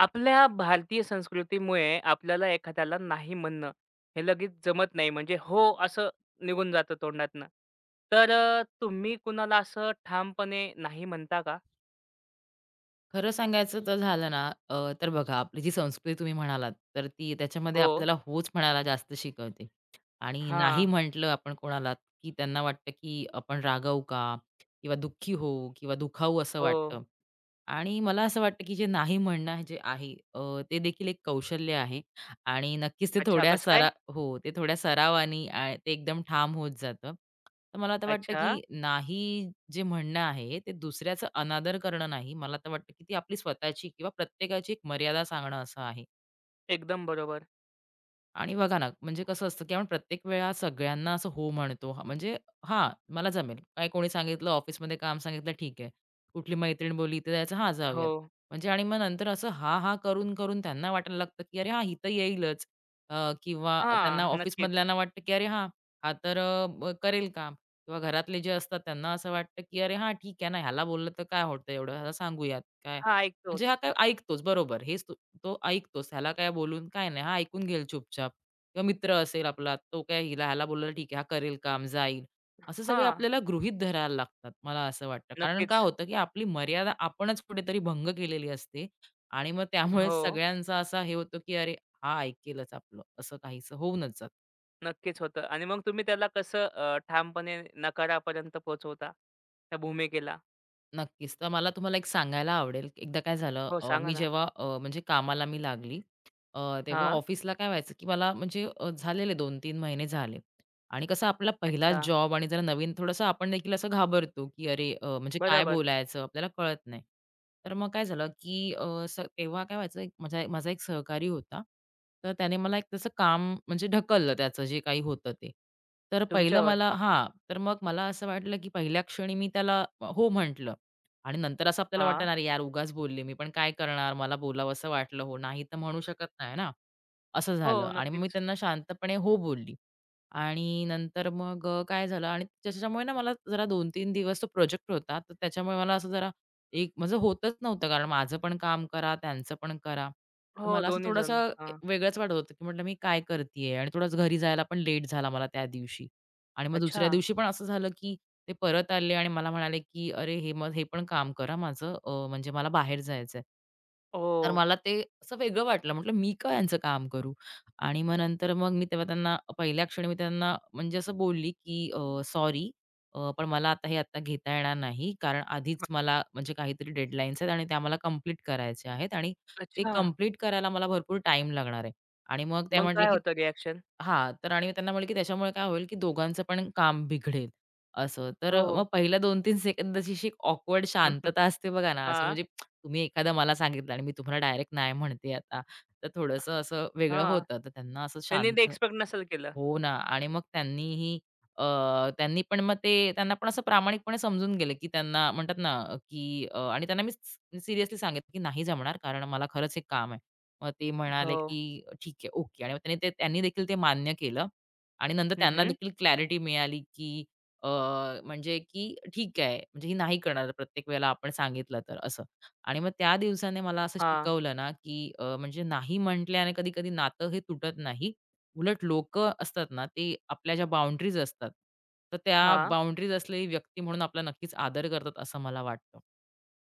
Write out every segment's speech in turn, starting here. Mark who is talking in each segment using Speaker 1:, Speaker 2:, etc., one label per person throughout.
Speaker 1: आपल्या भारतीय संस्कृतीमुळे आपल्याला एखाद्याला नाही म्हणणं हे लगेच जमत नाही म्हणजे हो असं निघून जातं तोंडातनं. तर तुम्ही कुणाला असं ठामपणे नाही म्हणता का?
Speaker 2: खरं सांगायचं तर झालं ना, तर बघा आपली जी संस्कृती तुम्ही म्हणालात, तर ती त्याच्यामध्ये
Speaker 1: हो.
Speaker 2: आपल्याला होच म्हणायला जास्त शिकवते. आणि नाही
Speaker 1: हां.
Speaker 2: म्हटलं आपण कोणाला, की त्यांना वाटतं की आपण रागावू का? किंवा दुःखी होऊ किंवा दुखावू असं
Speaker 1: हो.
Speaker 2: वाटतं. आणि मला असं वाटतं की जे नाही म्हणणं जे आहे ते देखील एक कौशल्य आहे. आणि नक्कीच ते
Speaker 1: अच्छा, कसं काय?
Speaker 2: ते थोड्या सरावाने ते एकदम ठाम होत जातं. तर मला आता वाटतं
Speaker 1: अच्छा.
Speaker 2: की नाही जे म्हणणं आहे ते दुसऱ्याचं अनादर करणं नाही. मला तर वाटतं की ती आपली स्वतःची किंवा प्रत्येकाची एक मर्यादा सांगणं असं आहे.
Speaker 1: एकदम बरोबर.
Speaker 2: आणि बघा ना, म्हणजे कसं असतं, की आपण प्रत्येक वेळा सगळ्यांना असं हो म्हणतो. हां, म्हणजे हां, मला जमेल. काय कोणी सांगितलं ऑफिसमध्ये काम सांगितलं ठीक आहे. कुठली मैत्रीण बोलली इथे जायचं, हां, जाऊयात.
Speaker 1: हो.
Speaker 2: म्हणजे आणि मग नंतर असं हां, हां, करून-करून त्यांना वाटायला लागतं, की अरे हां, ही तर येईलच किंवा त्यांना
Speaker 1: हां. नक्कीच.
Speaker 2: ऑफिसमधल्यांना वाटतं, की अरे हां, हा तर करेल काम किंवा घरातले जे असतात त्यांना असं वाटतं, की अरे हां, ठीक आहे ना, ह्याला बोललं तर काय होतं एवढं, ह्याला सांगूयात काय
Speaker 1: हां,
Speaker 2: म्हणजे हा
Speaker 1: ऐकतोच.
Speaker 2: काय ऐकतोच बरोबर. हेच तो तो ऐकतोच. ह्याला काय बोलून काय नाही. हा ऐकून घेईल चुपचाप किंवा मित्र असेल आपला, तो काय हिला ह्याला बोललेलं ठीक आहे, हा करेल काम, जाईल. असं सगळे
Speaker 1: हां.
Speaker 2: आपल्याला गृहीत धरायला लागतात, मला असं वाटतं. कारण काय
Speaker 1: नक्कीच.
Speaker 2: होतं, की आपली मर्यादा आपणच कुठेतरी भंग केलेली असते आणि मग त्यामुळे
Speaker 1: हो.
Speaker 2: सगळ्यांचा असा हे होतं, की अरे, हा ऐकेलच आपलं, असं काहीसं होऊनच जातं.
Speaker 1: नक्कीच होतं. आणि मग तुम्ही त्याला कसं ठामपणे नकारापर्यंत पोहोचवता? त्या भूमिकेला?
Speaker 2: नक्कीच. तर मला तुम्हाला एक सांगायला आवडेल. एकदा काय झालं
Speaker 1: हो, सांगा
Speaker 2: मी
Speaker 1: ना?
Speaker 2: जेव्हा म्हणजे कामाला मी लागली, अ, तेव्हा
Speaker 1: हां.
Speaker 2: ऑफिसला काय व्हायचं, की मला म्हणजे झालेले 2-3 महिने झाले आणि कसं आपला पहिलाच
Speaker 1: अच्छा.
Speaker 2: जॉब आणि जरा नवीन थोडंसं आपण देखील असं घाबरतो, की अरे, म्हणजे काय
Speaker 1: बरोबर.
Speaker 2: बोलायचं आपल्याला कळत नाही. तर मग काय झालं, की असं तेव्हा काय व्हायचं एक माझा माझा एक सहकारी होता. तर त्याने मला एक तसं काम म्हणजे ढकललं त्याचं जे काही होतं ते. तर पहिलं
Speaker 1: तुमच्यावर.
Speaker 2: मला हां. तर मग मला असं वाटलं, की पहिल्या क्षणी मी त्याला हो म्हटलं. आणि नंतर असं आपल्याला वाटणार
Speaker 1: हां.
Speaker 2: अरे "यार उगाच बोलले मी, पण काय करणार? मला बोलावसं वाटलं हो, नाही तर म्हणू शकत नाही ना." असं झालं
Speaker 1: हो,
Speaker 2: आणि मग मी
Speaker 1: नक्कीच.
Speaker 2: त्यांना शांतपणे हो बोलली आणि नंतर मग काय झालं आणि त्याच्यामुळे ना मला जरा 2-3 दिवस तो प्रोजेक्ट होता, तर त्याच्यामुळे मला असं जरा एक म्हणजे होतच नव्हतं कारण माझं पण काम करा, त्यांचं पण करा. तर
Speaker 1: हो,
Speaker 2: मला असं
Speaker 1: दोन्ही जण.
Speaker 2: थोडंसं
Speaker 1: हां.
Speaker 2: वेगळंच वाटत होतं, की म्हटलं मी काय करतीये? आणि थोडंसं घरी जायला पण लेट झाला मला त्या दिवशी. आणि मग
Speaker 1: अच्छा.
Speaker 2: दुसऱ्या दिवशी पण असं झालं, की ते परत आले आणि मला म्हणाले, की "अरे, हे मग हे पण काम करा माझं, अ, म्हणजे मला बाहेर जायचंय."
Speaker 1: ओ,
Speaker 2: तर मला ते असं वेगळं वाटलं. म्हटलं, "मी का यांचं काम करू?" आणि मग नंतर मग मी तेव्हा त्यांना पहिल्या क्षणी मी त्यांना म्हणजे असं बोलली, की सॉरी, पण मला आता हे आता घेता येणार नाही, कारण आधीच मला म्हणजे काहीतरी डेडलाईन्स आहेत आणि त्या मला कंप्लीट करायच्या आहेत आणि ते
Speaker 1: अच्छा.
Speaker 2: कंप्लीट करायला मला भरपूर टाईम लागणार आहे." आणि मग त्या
Speaker 1: मग
Speaker 2: म्हटल्या,
Speaker 1: काय
Speaker 2: की
Speaker 1: होतं रिएक्शन?
Speaker 2: हां, तर आणि त्यांना म्हटलं, की त्याच्यामुळे काय होईल, की दोघांचं पण काम बिघडेल असं. तर मग
Speaker 1: हो.
Speaker 2: पहिल्या 2-3 सेकंद अशी अशी ऑकवर्ड शांतता असते बघा ना, असं
Speaker 1: हां,
Speaker 2: म्हणजे तुम्ही एखादा मला सांगितलं आणि मी तुम्हाला डायरेक्ट नाही म्हणते आता, तर थोडंसं असं वेगळं
Speaker 1: हां.
Speaker 2: होतं. तर त्यांना असं
Speaker 1: त्यांनी ते
Speaker 2: शांत
Speaker 1: एक्सपेक्ट नसेल केलं.
Speaker 2: हो ना आणि मग त्यांनीही अ, त्यांनी पण मग ते त्यांना पण असं प्रामाणिकपणे समजून गेलं, की त्यांना म्हणतात ना, की आणि त्यांना मी सिरियसली सांगितलं, की "नाही जमणार कारण मला खरंच हे काम आहे." मग ते म्हणाले,
Speaker 1: हो.
Speaker 2: की "ठीक आहे, ओके." आणि मग त्यांनी ते त्यांनी देखील ते मान्य केलं आणि नंतर
Speaker 1: हं,
Speaker 2: त्यांना
Speaker 1: हं.
Speaker 2: देखील क्लॅरिटी मिळाली, की अ, म्हणजे की ठीक आहे, म्हणजे ही नाही करणार प्रत्येक वेळेला आपण सांगितलं तर असं. आणि मग त्या दिवसाने मला असं
Speaker 1: हां,
Speaker 2: शिकवलं ना, की म्हणजे नाही म्हटल्याने कधी-कधी नातं हे तुटत नाही. उलट लोक असतात ना, ते आपल्या ज्या बाउंडरीज असतात, तर त्या बाउंडरीज असलेली व्यक्ती म्हणून आपला नक्कीच आदर करतात असं मला वाटतं.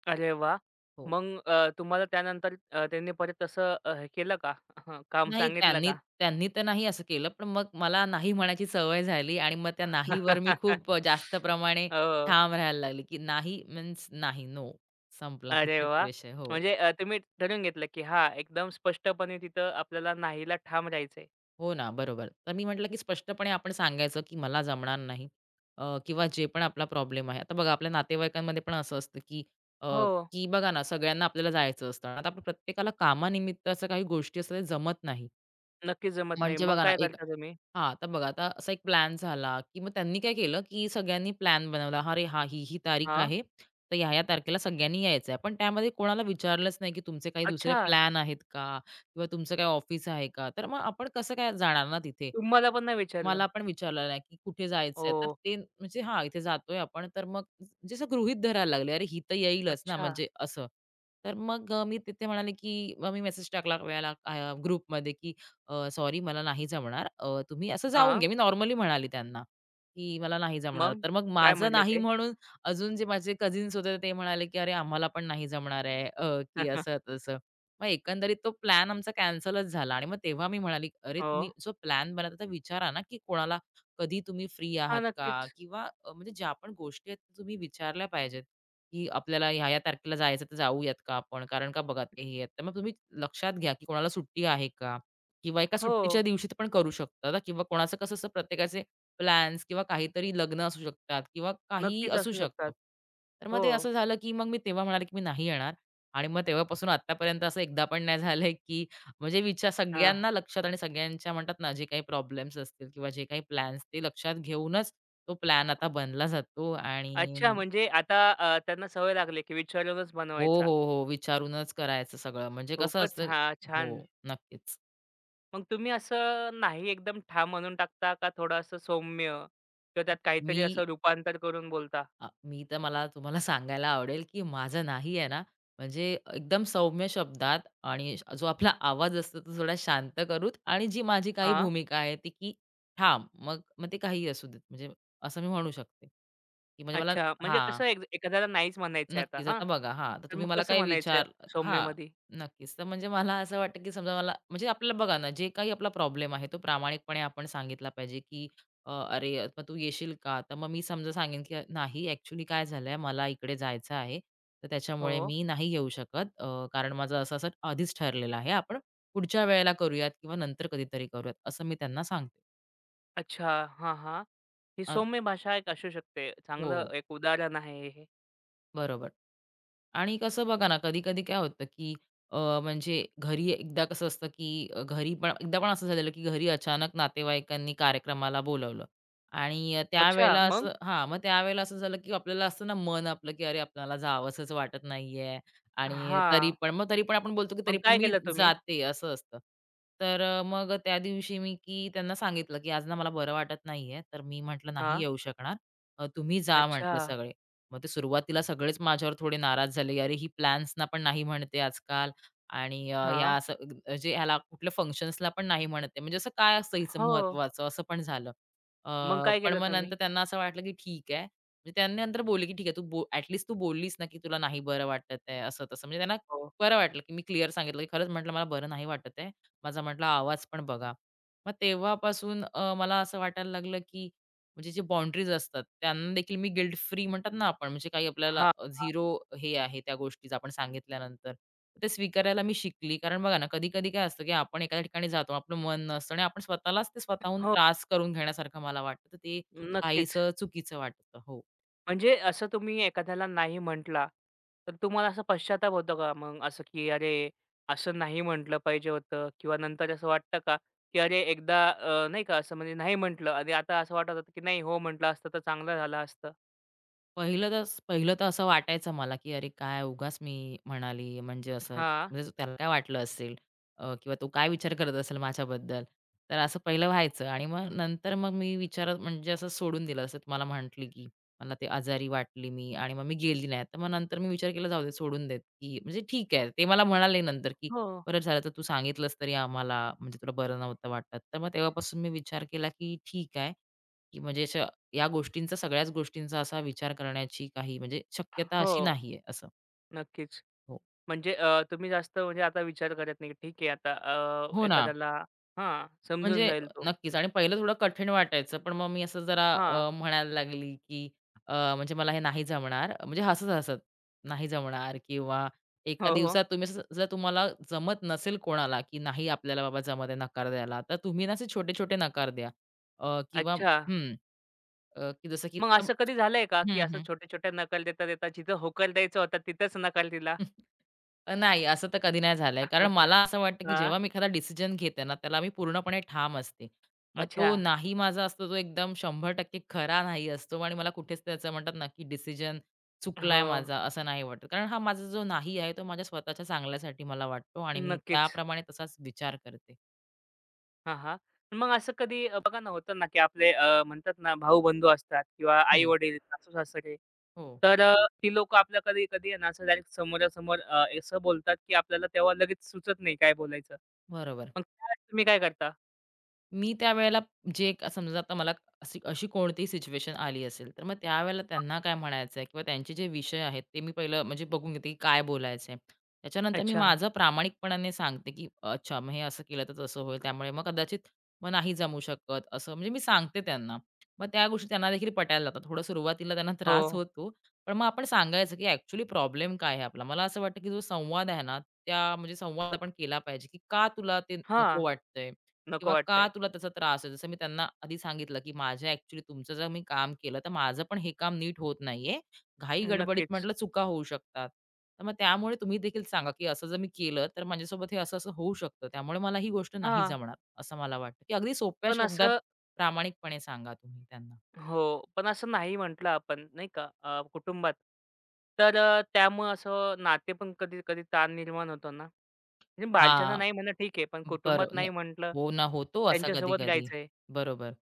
Speaker 1: अरे वा.
Speaker 2: हो.
Speaker 1: मग तुम्हाला त्यानंतर त्यांनी परत तसं हे केलं का? काम
Speaker 2: नाही
Speaker 1: सांगितलं
Speaker 2: त्यांनी
Speaker 1: का?
Speaker 2: त्यांनी तर नाही असं केलं, पण मग मला नाही म्हणायची सवय झाली आणि मग त्या नाहीवर मी खूप जास्त प्रमाणे
Speaker 1: हो.
Speaker 2: ठाम राहायला लागले, की नाही मीन्स नाही, नो संपला
Speaker 1: अरे
Speaker 2: तिथेच
Speaker 1: वाह!
Speaker 2: विषय. हो.
Speaker 1: म्हणजे तुम्ही ठरवून घेतलं, की हां, एकदम स्पष्टपणे तिथं आपल्याला नाहीला ठाम राहायचंय.
Speaker 2: हो ना, बरोबर. तर मी म्हटलं, की स्पष्टपणे आपण सांगायचं, की मला जमणार नाही, किंवा जे पण आपला प्रॉब्लेम आहे. आता बघा आपल्या नातेवाईकांमध्ये पण असं असतं, की अ,
Speaker 1: हो.
Speaker 2: बघा ना सगळ्यांना आपल्याला जायचं असतं. आता आपण प्रत्येकाला कामानिमित्त असं काही गोष्टी असतात, ते जमत नाही.
Speaker 1: नक्कीच जमत नाही.
Speaker 2: म्हणजे
Speaker 1: मग
Speaker 2: बघा ना,
Speaker 1: काय करता तुम्ही?
Speaker 2: हां, आता बघा आता असा एक प्लॅन झाला, की मग त्यांनी काय केलं, की सगळ्यांनी प्लॅन बनवला. अरे हां, ही तारीख
Speaker 1: हां.
Speaker 2: आहे. तर ह्या-ह्या तारखेला सगळ्यांनी यायचं आहे. पण त्यामध्ये कोणाला विचारलंच नाही, की तुमचे काही दुसरे
Speaker 1: अच्छा,
Speaker 2: प्लॅन आहेत का? किंवा तुमचं काही ऑफिस आहे का? तर मग आपण कसं काय जाणार ना तिथे?
Speaker 1: तुम्हाला पण नाही विचारलं?
Speaker 2: मला पण विचारलं नाही, की कुठे जायचंय? तर
Speaker 1: ओ,
Speaker 2: ते म्हणजे हां, इथे जातोय आपण तर मग म्हणजे असं गृहीत धरायला लागले. अरे ही तर येईलच ना
Speaker 1: अच्छा.
Speaker 2: म्हणजे असं. तर मग मी तिथे म्हणाले, की मग मी मेसेज टाकला ग्रुपमध्ये, की "सॉरी मला नाही जमणार, अ, तुम्ही असं जाऊन
Speaker 1: हां.
Speaker 2: घ्या." मी नॉर्मली म्हणाले त्यांना, की "मला नाही जमणार."
Speaker 1: मग?
Speaker 2: तर मग
Speaker 1: काय
Speaker 2: माझं
Speaker 1: म्हटले
Speaker 2: नाही
Speaker 1: ते?
Speaker 2: म्हणून अजून जे माझे कझिन्स होते ते म्हणाले, की "अरे आम्हाला पण नाही जमणार आहे," अ, की असं-तसं. मग एकंदरीत तो प्लॅन आमचा कॅन्सलच झाला आणि मग तेव्हा मी म्हणाली, "अरे
Speaker 1: हो.
Speaker 2: तुम्ही जो प्लॅन बनवता विचारा ना, की कोणाला कधी तुम्ही फ्री
Speaker 1: हां,
Speaker 2: आहात का?
Speaker 1: नक्कीच.
Speaker 2: किंवा म्हणजे ज्या पण गोष्टी आहेत त्या तुम्ही विचारल्या पाहिजेत, की आपल्याला ह्या-ह्या तारखेला जायचं तर जाऊयात का आपण? कारण का बघा ते हे आहेत." तर मग तुम्ही लक्षात घ्या, की कोणाला सुट्टी आहे का? किंवा एका सुट्टीच्या
Speaker 1: हो,
Speaker 2: दिवशी ते पण करू शकता किंवा कोणाचं कसं असतं प्रत्येकाचे प्लॅन्स किंवा काहीतरी लग्न असू शकतात किंवा काहीही
Speaker 1: नक्कीच
Speaker 2: असू
Speaker 1: असू
Speaker 2: शकतं.
Speaker 1: शकतात.
Speaker 2: तर मग
Speaker 1: हो.
Speaker 2: ते असं झालं, की मग मी तेव्हा म्हणाले, की मी नाही येणार आणि मग तेव्हापासून आत्तापर्यंत असं एकदा पण नाही झालंय, की म्हणजे विचार
Speaker 1: हां.
Speaker 2: सगळ्यांना लक्षात आणि सगळ्यांच्या म्हणतात ना, जे काही प्रॉब्लेम्स असतील किंवा जे काही प्लॅन्स ते लक्षात घेऊनच तो प्लॅन आता बनला जातो आणि
Speaker 1: अच्छा, म्हणजे आता त्यांना सवय लागली की विचारूनच
Speaker 2: हो,
Speaker 1: बनवायचा.
Speaker 2: हो, हो. विचारूनच करायचं सगळं. म्हणजे कसं
Speaker 1: खूपच
Speaker 2: असतं
Speaker 1: हां, छान.
Speaker 2: हो, नक्कीच.
Speaker 1: मग तुम्ही असं नाही एकदम ठाम म्हणून टाकता, का थोडं असं सौम्य किंवा त्यात
Speaker 2: मी
Speaker 1: काहीतरी असं रूपांतर करून बोलता?
Speaker 2: अ, मी तर मला तुम्हाला सांगायला आवडेल, की माझं नाही आहे ना, म्हणजे एकदम सौम्य शब्दात आणि जो आपला आवाज असतो तो थोडा शांत करूत आणि जी माझी काही
Speaker 1: हां.
Speaker 2: भूमिका आहे ती की ठाम. मग मग ते काहीही असू देत. म्हणजे असं मी म्हणू शकते, की म्हणजे मला
Speaker 1: अच्छा. म्हणजे
Speaker 2: हां.
Speaker 1: कसं एक एखाद्याला नाहीच म्हणायचंय आता
Speaker 2: नक्कीच.
Speaker 1: हां.
Speaker 2: आता बघा हां, तर
Speaker 1: तर
Speaker 2: तुम्ही
Speaker 1: मग
Speaker 2: मला
Speaker 1: कसं
Speaker 2: काही
Speaker 1: म्हणायचं
Speaker 2: विचार हां,
Speaker 1: सौम्यमध्ये?
Speaker 2: नक्कीच. तर म्हणजे मला असं वाटतं, की समजा मला म्हणजे आपल्याला बघा ना, जे काही आपला प्रॉब्लेम आहे, तो प्रामाणिकपणे आपण सांगितला पाहिजे, की "अरे, अ, मग तू येशील का?" तर मग मी समजा सांगेन, की "नाही, ॲक्चुअली काय झालंय, मला इकडे जायचं आहे. तर त्याच्यामुळे
Speaker 1: हो.
Speaker 2: मी नाही येऊ शकत. अ, कारण माझं असं-असं आधीच ठरलेलं आहे. आपण पुढच्या वेळेला करूयात किंवा नंतर कधीतरी करूयात." असं मी त्यांना सांगते.
Speaker 1: अच्छा. हां, हां. ही
Speaker 2: अ,
Speaker 1: सौम्य भाषा एक असू शकते. चांगलं
Speaker 2: हो,
Speaker 1: एक उदाहरण आहे हे.
Speaker 2: बरोबर. आणि कसं बघा ना, कधी-कधी काय होतं, की अ, म्हणजे घरी एकदा कसं असतं, की घरी पण एकदा पण असं झालेलं, की घरी अचानक नातेवाईकांनी कार्यक्रमाला बोलावलं आणि
Speaker 1: अच्छा,
Speaker 2: त्यावेळेला
Speaker 1: मग?
Speaker 2: असं हां, मग त्यावेळेला असं झालं, की आपल्याला असतं ना मन आपलं, की अरे आपल्याला जावसंच वाटत नाहीये आणि तरी
Speaker 1: हां.
Speaker 2: पण मग तरी पण आपण बोलतो, की तरी
Speaker 1: मग
Speaker 2: पण
Speaker 1: काय
Speaker 2: मी
Speaker 1: केलं तुम्ही?
Speaker 2: जाते असं असतं. तर मग त्या दिवशी मी की त्यांना सांगितलं, की आज ना मला बरं वाटत नाहीये, तर मी म्हटलं नाही
Speaker 1: हां.
Speaker 2: येऊ शकणार. तुम्ही जा
Speaker 1: अच्छा.
Speaker 2: म्हटलं सगळे. मग ते सुरुवातीला सगळेच माझ्यावर थोडे नाराज झाले, की "अरे, ही प्लॅन्सना पण नाही म्हणते आजकाल आणि ह्या
Speaker 1: हां.
Speaker 2: असं म्हणजे ह्याला कुठल्या फंक्शन्सला पण नाही म्हणते. म्हणजे असं काय असतं हिचं
Speaker 1: हो.
Speaker 2: महत्त्वाचं?" असं पण झालं. अ,
Speaker 1: मग काय
Speaker 2: पण
Speaker 1: केलं
Speaker 2: मग नंतर
Speaker 1: तुम्ही?
Speaker 2: त्यांना असं वाटलं, की ठीक आहे. म्हणजे त्यांनी नंतर बोलले, की "ठीक आहे, तू बोललीस ना, की तुला नाही बरं वाटत आहे." असं-तसं. म्हणजे त्यांना
Speaker 1: हो.
Speaker 2: बरं वाटलं, की मी क्लिअर सांगितलं, की "खरंच," म्हटलं, "मला बरं नाही वाटत आहे. माझा," म्हटलं, "आवाज पण बघा." मग तेव्हापासून मला असं वाटायला लागलं, की म्हणजे जे बाउंडरीज असतात त्यांना देखील मी गिल्ट फ्री म्हणतात ना आपण म्हणजे काही आपल्याला
Speaker 1: हां, हां.
Speaker 2: झिरो हे आहे त्या गोष्टीचं आपण सांगितल्यानंतर ते स्वीकारायला मी शिकली. कारण बघा ना कधी कधी काय असतं की आपण एखाद्या ठिकाणी जातो आपलं मन नसतं आणि आपण स्वतःलाच ते स्वतःहून
Speaker 1: हो.
Speaker 2: त्रास करून घेण्यासारखं मला वाटतं. तर ते
Speaker 1: नक्कीच.
Speaker 2: काहीसं चुकीचं वाटतं. हो.
Speaker 1: म्हणजे असं तुम्ही एखाद्याला नाही म्हटला, तर तुम्हाला असा पश्चाताप होतो का मग असं, की "अरे, असं नाही म्हटलं पाहिजे होतं" किंवा नंतर असं वाटतं का, की "अरे, एकदा नाही का असं म्हणजे नाही म्हटलं आणि आता असं वाटत होतं, की नाही हो म्हटलं असतं तर चांगलं झालं असतं."
Speaker 2: पहिलं तर असं वाटायचं मला, की "अरे काय उगाच मी म्हणाली." म्हणजे असं
Speaker 1: हां.
Speaker 2: म्हणजे त्याला काय वाटलं असेल, किंवा तो काय विचार करत असेल माझ्याबद्दल. तर असं पहिलं व्हायचं आणि मग नंतर मग मी विचारात म्हणजे असं सोडून दिलं. असं तुम्हाला म्हटली, की मला ते आजारी वाटली मी आणि मग मी गेली नाही. तर मग नंतर मी विचार केला, "जाऊ दे सोडून देत," की म्हणजे ठीक आहे. ते मला म्हणाले नंतर, की
Speaker 1: हो.
Speaker 2: "बरं झालं तर तू सांगितलंस तरी आम्हाला, म्हणजे तुला बरं नव्हतं वाटत." तर मग तेव्हापासून मी विचार केला, की ठीक आहे, की म्हणजे या गोष्टींचा, सगळ्याच गोष्टींचा असा विचार करण्याची काही म्हणजे शक्यता
Speaker 1: हो,
Speaker 2: अशी नाहीये असं.
Speaker 1: नक्कीच.
Speaker 2: हो.
Speaker 1: म्हणजे तुम्ही जास्त म्हणजे आता विचार करत नाही, ठीक आहे आता
Speaker 2: हो ना.
Speaker 1: एखाद्याला हां, समजून
Speaker 2: म्हणजे
Speaker 1: जाईल तो.
Speaker 2: नक्कीच आणि पहिलं थोडं कठीण वाटायचं, पण मग मी असं जरा
Speaker 1: हां.
Speaker 2: म्हणायला लागली, की म्हणजे मला हे नाही जमणार. म्हणजे हसत-हसत, नाही जमणार किंवा एका
Speaker 1: हो, हो.
Speaker 2: दिवसात तुम्ही असं जर तुम्हाला जमत नसेल कोणाला, की नाही आपल्याला बाबा जमत आहे नकार द्यायला, तर तुम्ही ना असे छोटे-छोटे नकार द्या. किंवा
Speaker 1: अच्छा.
Speaker 2: हं, की जसं की
Speaker 1: मग
Speaker 2: आता
Speaker 1: असं कधी झालंय का, की
Speaker 2: हं,
Speaker 1: असं
Speaker 2: हं.
Speaker 1: छोट्या-छोट्या नकल देता-देता जिथं होकार द्यायचा होता तिथंच नकार दिला?
Speaker 2: नाही, असं तर कधी नाही झालंय. कारण मला असं वाटतं, की
Speaker 1: हां.
Speaker 2: जेव्हा मी एखादा डिसिजन घेते ना, त्याला मी पूर्णपणे ठाम असते. मग
Speaker 1: अच्छा.
Speaker 2: तो नाही माझा असतो, तो एकदम 100% खरा नाही असतो आणि मला कुठेच त्याचं म्हणतात ना, की डिसिजन चुकलाय
Speaker 1: हो.
Speaker 2: माझा, असं नाही वाटत. कारण हा माझा जो नाही आहे, तो माझ्या स्वतःच्या चांगल्यासाठी मला वाटतो आणि मी
Speaker 1: नक्कीच.
Speaker 2: त्याप्रमाणे तसाच विचार करते.
Speaker 1: हां, हां. मग असं कधी बघा ना होतं ना, की आपले म्हणतात ना भाऊ-बंधू असतात किंवा
Speaker 2: हं.
Speaker 1: आई-वडील, सासू-सासरे.
Speaker 2: हो,
Speaker 1: तर ती लोकं आपल्या कधी-कधी आहे ना असं डायरेक्ट समोरासमोर असं बोलतात, की आपल्याला तेव्हा लगेच सुचत नाही काय बोलायचं.
Speaker 2: बरोबर.
Speaker 1: मग त्यावेळेस तुम्ही काय करता?
Speaker 2: मी त्यावेळेला जे क समजा आता मला अशी अशी कोणतीही सिच्युएशन आली असेल, तर मग त्यावेळेला त्यांना काय म्हणायचं आहे किंवा त्यांचे जे विषय आहेत, ते मी पहिलं म्हणजे बघून घेते की काय बोलायचं आहे. त्याच्यानंतर मी
Speaker 1: अच्छा.
Speaker 2: माझं प्रामाणिकपणाने सांगते की "अच्छा, मग हे असं केलं तर तसं होईल, त्यामुळे मग कदाचित मग नाही जमू शकत." असं म्हणजे मी सांगते त्यांना. मग त्या गोष्टी त्यांना देखील पटायला लागतात. थोडं सुरुवातीला त्यांना
Speaker 1: हो.
Speaker 2: त्रास होतो, पण मग आपण सांगायचं की "ॲक्चुअली प्रॉब्लेम काय आहे आपला?" मला असं वाटतं की जो संवाद आहे ना, त्या म्हणजे संवाद आपण केला पाहिजे की का तुला ते
Speaker 1: हां.
Speaker 2: नको वाटतंय?
Speaker 1: नको
Speaker 2: किंवा का
Speaker 1: वाटतंय.
Speaker 2: तुला त्याचा त्रास आहे? जसं मी त्यांना आधी सांगितलं, की माझ्या ॲक्चुअली तुमचं जर मी काम केलं, तर माझं पण हे काम नीट होत नाहीये. घाई-गडबडीत
Speaker 1: नक्कीच.
Speaker 2: म्हटलं चुका होऊ शकतात. तर मग त्यामुळे तुम्ही देखील सांगा, की असं जर मी केलं, तर माझ्यासोबत हे असं-असं होऊ शकतं. त्यामुळे मला ही गोष्ट नाही
Speaker 1: हां.
Speaker 2: जमणार, असं मला वाटतं, की अगदी सोप्या
Speaker 1: पण
Speaker 2: शब्दात
Speaker 1: असं
Speaker 2: प्रामाणिकपणे सांगा तुम्ही त्यांना.
Speaker 1: हो, पण असं नाही म्हटलं आपण नाही का कुटुंबात, तर त्यामुळं असं नाते पण कधी-कधी ताण निर्माण होतो ना. म्हणजे बालच्यांना
Speaker 2: हां,
Speaker 1: नाही म्हणणं ठीक आहे, पण
Speaker 2: बरं.
Speaker 1: कुटुंबात
Speaker 2: नाही.
Speaker 1: नाही म्हटलं,
Speaker 2: हो ना, होतो असा
Speaker 1: त्यांच्यासोबत
Speaker 2: कधी-कधी.
Speaker 1: राहायचंय.
Speaker 2: बरोबर.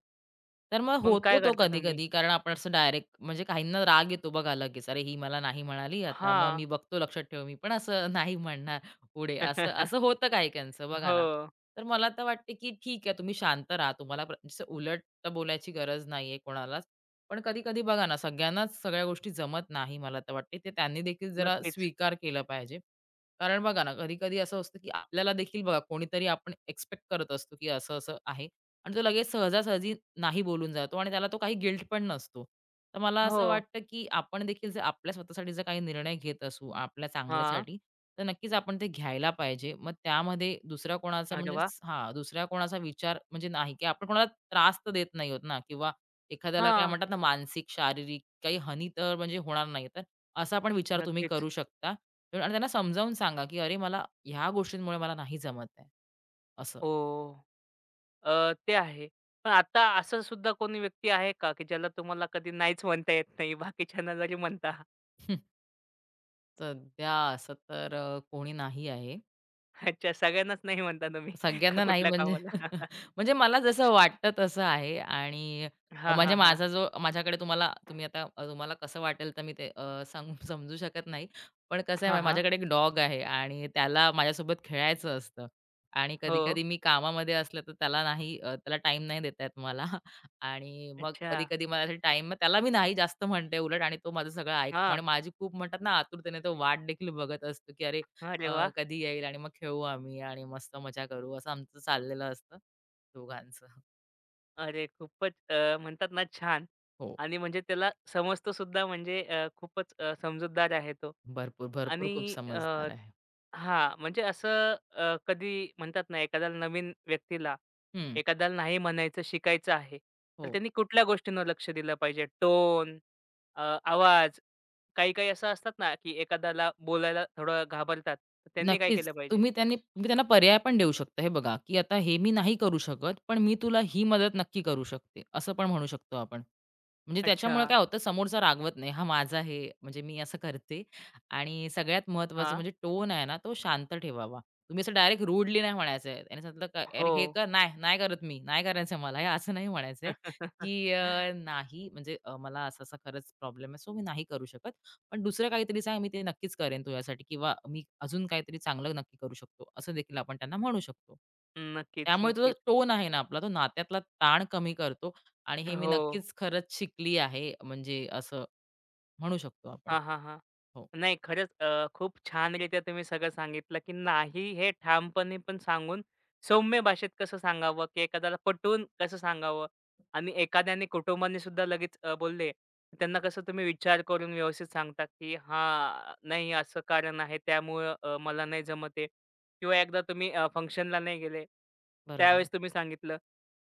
Speaker 2: तर मग
Speaker 1: मग
Speaker 2: होतो
Speaker 1: काय
Speaker 2: तो
Speaker 1: करता तुम्ही?
Speaker 2: कधी-कधी कारण आपण असं डायरेक्ट म्हणजे काहींना राग येतो बघा लगेच. "अरे, ही मला नाही म्हणाली, आता मग
Speaker 1: हां.
Speaker 2: मी बघतो, लक्षात ठेव मी पण असं नाही म्हणणार पुढे." असं असं होतं काही बघा ना.
Speaker 1: हो,
Speaker 2: तर मला तर वाटते, की ठीक आहे तुम्ही शांत राहा. तुम्हाला जसं उलट तर बोलायची गरज नाहीये कोणालाच. पण कधी-कधी बघा ना, सगळ्यांनाच सगळ्या गोष्टी जमत नाही मला तर वाटते. ते त्यांनी देखील जरा
Speaker 1: नक्कीच.
Speaker 2: स्वीकार केला पाहिजे. कारण बघा ना, कधी-कधी असं असतं, की आपल्याला देखील बघा कोणीतरी आपण एक्सपेक्ट करत असतो, की असं-असं आहे आणि तो लगेच सहजासहजी नाही बोलून जातो आणि त्याला तो काही गिल्ट पण नसतो. तर मला
Speaker 1: हो.
Speaker 2: असं वाटतं, की आपण देखील जर आपल्या स्वतःसाठी जर काही निर्णय घेत असू, आपल्या
Speaker 1: हां.
Speaker 2: चांगल्यासाठी, तर नक्कीच आपण ते घ्यायला पाहिजे. मग त्यामध्ये दुसऱ्या कोणाचा
Speaker 1: अरे
Speaker 2: म्हणजे
Speaker 1: वाह!
Speaker 2: हां, दुसऱ्या कोणाचा विचार म्हणजे नाही, की आपण कोणाला त्रास तर देत नाही आहोत ना किंवा एखाद्याला काय
Speaker 1: हां,
Speaker 2: म्हणतात ना, मानसिक, शारीरिक काही हानी तर म्हणजे होणार नाही. तर असा पण विचार तुम्ही
Speaker 1: नक्कीच.
Speaker 2: करू शकता आणि त्यांना समजावून सांगा, की "अरे, मला ह्या गोष्टींमुळे मला नाही जमत आहे." असं.
Speaker 1: ओह! अ, ते आहे. पण आता असं सुद्धा कोणी व्यक्ती आहे का, की ज्याला तुम्हाला कधी नाहीच म्हणता येत नाही, बाकीच्यांना जरी म्हणता?
Speaker 2: सध्या असं तर कोणी नाही आहे.
Speaker 1: अच्छा, सगळ्यांनाच नाही म्हणता तुम्ही का
Speaker 2: सगळ्यांना नाही
Speaker 1: कुठल्या
Speaker 2: म्हणजे
Speaker 1: कामाला?
Speaker 2: म्हणजे मला जसं वाटतं तसं आहे आणि
Speaker 1: हां,
Speaker 2: म्हणजे
Speaker 1: हां, हां.
Speaker 2: माझा जो माझ्याकडे तुम्हाला तुम्ही आता तुम्हाला कसं वाटेल तर मी ते सांगू समजू शकत नाही. पण कसं
Speaker 1: हां,
Speaker 2: आहे
Speaker 1: हां.
Speaker 2: माझ्याकडे एक डॉग आहे आणि त्याला माझ्यासोबत खेळायचं असतं आणि
Speaker 1: हो.
Speaker 2: कधी-कधी मी कामामध्ये असलं तर त्याला नाही त्याला टाईम नाही देता येत मला आणि मग
Speaker 1: अच्छा.
Speaker 2: कधी-कधी मला टाईम त्याला मी नाही जास्त म्हणते उलट आणि तो माझं सगळं ऐकतो आणि
Speaker 1: हां.
Speaker 2: माझी खूप म्हणतात ना आतुरतेने तो वाट देखील बघत असतो, की अरे
Speaker 1: अरे वाह!
Speaker 2: कधी येईल आणि मग खेळू आम्ही आणि मस्त मजा करू असं आमचं चाललेलं असतं दोघांचं. हो.
Speaker 1: अरे खूपच म्हणतात ना छान.
Speaker 2: हो.
Speaker 1: आणि म्हणजे त्याला समजतो सुद्धा म्हणजे खूपच समजूतदार आहे तो.
Speaker 2: भरपूर, भरपूर खूप
Speaker 1: आणि
Speaker 2: समजदार आहे.
Speaker 1: हां, म्हणजे असं कधी म्हणतात ना एखाद्याला नवीन व्यक्तीला,
Speaker 2: हं.
Speaker 1: एखाद्याला नाही म्हणायचं शिकायचं आहे, तर
Speaker 2: हो.
Speaker 1: त्यांनी कुठल्या गोष्टींवर लक्ष दिलं पाहिजे? टोन, आवाज, काही-काही असं असतात ना, की एखाद्याला बोलायला थोडं घाबरतात. तर त्यांनी काय
Speaker 2: नक्कीच.
Speaker 1: केलं पाहिजे?
Speaker 2: तुम्ही त्यांना पर्याय पण देऊ शकता. हे बघा, की आता हे मी नाही करू शकत, पण मी तुला ही मदत नक्की करू शकते, असं पण म्हणू शकतो आपण. म्हणजे
Speaker 1: अच्छा.
Speaker 2: त्याच्यामुळे काय होतं, समोरचा रागवत नाही. हा माझा आहे, म्हणजे मी असं करते आणि सगळ्यात महत्त्वाचं
Speaker 1: हां.
Speaker 2: म्हणजे टोन आहे ना, तो शांत ठेवावा. तुम्ही असं डायरेक्ट रूडली नाही म्हणायचं आहे. त्याने सांगितलं का "अरे
Speaker 1: हो.
Speaker 2: हे कर." "नाही, नाही करत मी. नाही करायचं मला हे." असं नाही म्हणायचं की "नाही, म्हणजे मला असा-असा खरंच प्रॉब्लेम आहे, सो मी नाही करू शकत." पण दुसरं काहीतरी सांग, मी ते नक्कीच करेन तुझ्यासाठी किंवा मी अजून काहीतरी चांगलं नक्की करू शकतो, असं देखील आपण त्यांना म्हणू शकतो.
Speaker 1: नक्कीच,
Speaker 2: त्यामुळे तो
Speaker 1: नक्कीच.
Speaker 2: टोन आहे ना आपला, तो नात्यातला ताण कमी करतो आणि हे मी
Speaker 1: हो.
Speaker 2: नक्कीच खरंच शिकली आहे, म्हणजे असं म्हणू शकतो आपण.
Speaker 1: हां, हां, हां.
Speaker 2: हो,
Speaker 1: नाही, खरंच खूप छानरीत्या तुम्ही सगळं सांगितलं, की नाही हे ठामपणे पण सांगून सौम्य भाषेत कसं सांगावं, की एखाद्याला पटवून कसं सांगावं आणि एखाद्याने कुटुंबाने सुद्धा लगेच बोलले, तर त्यांना कसं तुम्ही विचार करून व्यवस्थित सांगता, की हां, नाही असं कारण आहे त्यामुळं मला नाही जमत किंवा एकदा तुम्ही फंक्शनला नाही गेले.
Speaker 2: बरोबर.
Speaker 1: त्यावेळेस तुम्ही सांगितलं,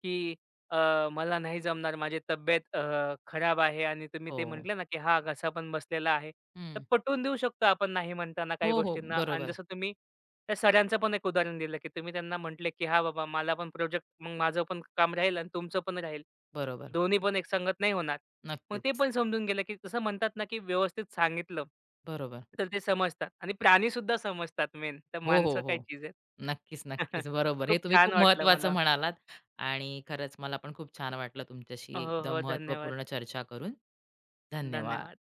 Speaker 1: की मला नाही जमणार, माझी तब्येत खराब आहे आणि तुम्ही ते
Speaker 2: हो.
Speaker 1: म्हटले ना, की हा घसा पण बसलेला आहे. तर
Speaker 2: हं.
Speaker 1: पटवून देऊ शकतो आपण नाही म्हणताना काही
Speaker 2: हो, हो.
Speaker 1: गोष्टींना. आणि
Speaker 2: बरोबर,
Speaker 1: जसं तुम्ही त्या सरांचं पण एक उदाहरण दिलं, की तुम्ही त्यांना म्हटले, की "हां बाबा, मला पण प्रोजेक्ट मग माझं पण काम राहील आणि तुमचं पण राहील.
Speaker 2: बरोबर.
Speaker 1: दोन्ही पण एकसंगत नाही होणार." मग ते
Speaker 2: नक्कीच.
Speaker 1: पण समजून गेलं, की तसं म्हणतात ना, की व्यवस्थित सांगितलं,
Speaker 2: बरोबर.
Speaker 1: तर ते समजतात आणि प्राणीसुद्धा समजतात मेन. तर
Speaker 2: हो, हो,
Speaker 1: माणसं काय
Speaker 2: हो.
Speaker 1: चीज आहेत.
Speaker 2: नक्कीच, नक्कीच. बरोबर. हे
Speaker 1: खूप
Speaker 2: तुम्ही खूप
Speaker 1: छान वाटलं
Speaker 2: महत्त्वाचं
Speaker 1: मला.
Speaker 2: म्हणालात आणि खरंच मला पण खूप छान वाटलं तुमच्याशी
Speaker 1: हो,
Speaker 2: एकदम
Speaker 1: हो. धन्यवाद.
Speaker 2: महत्त्वपूर्ण चर्चा करून. धन्यवाद.
Speaker 1: धन्यवाद.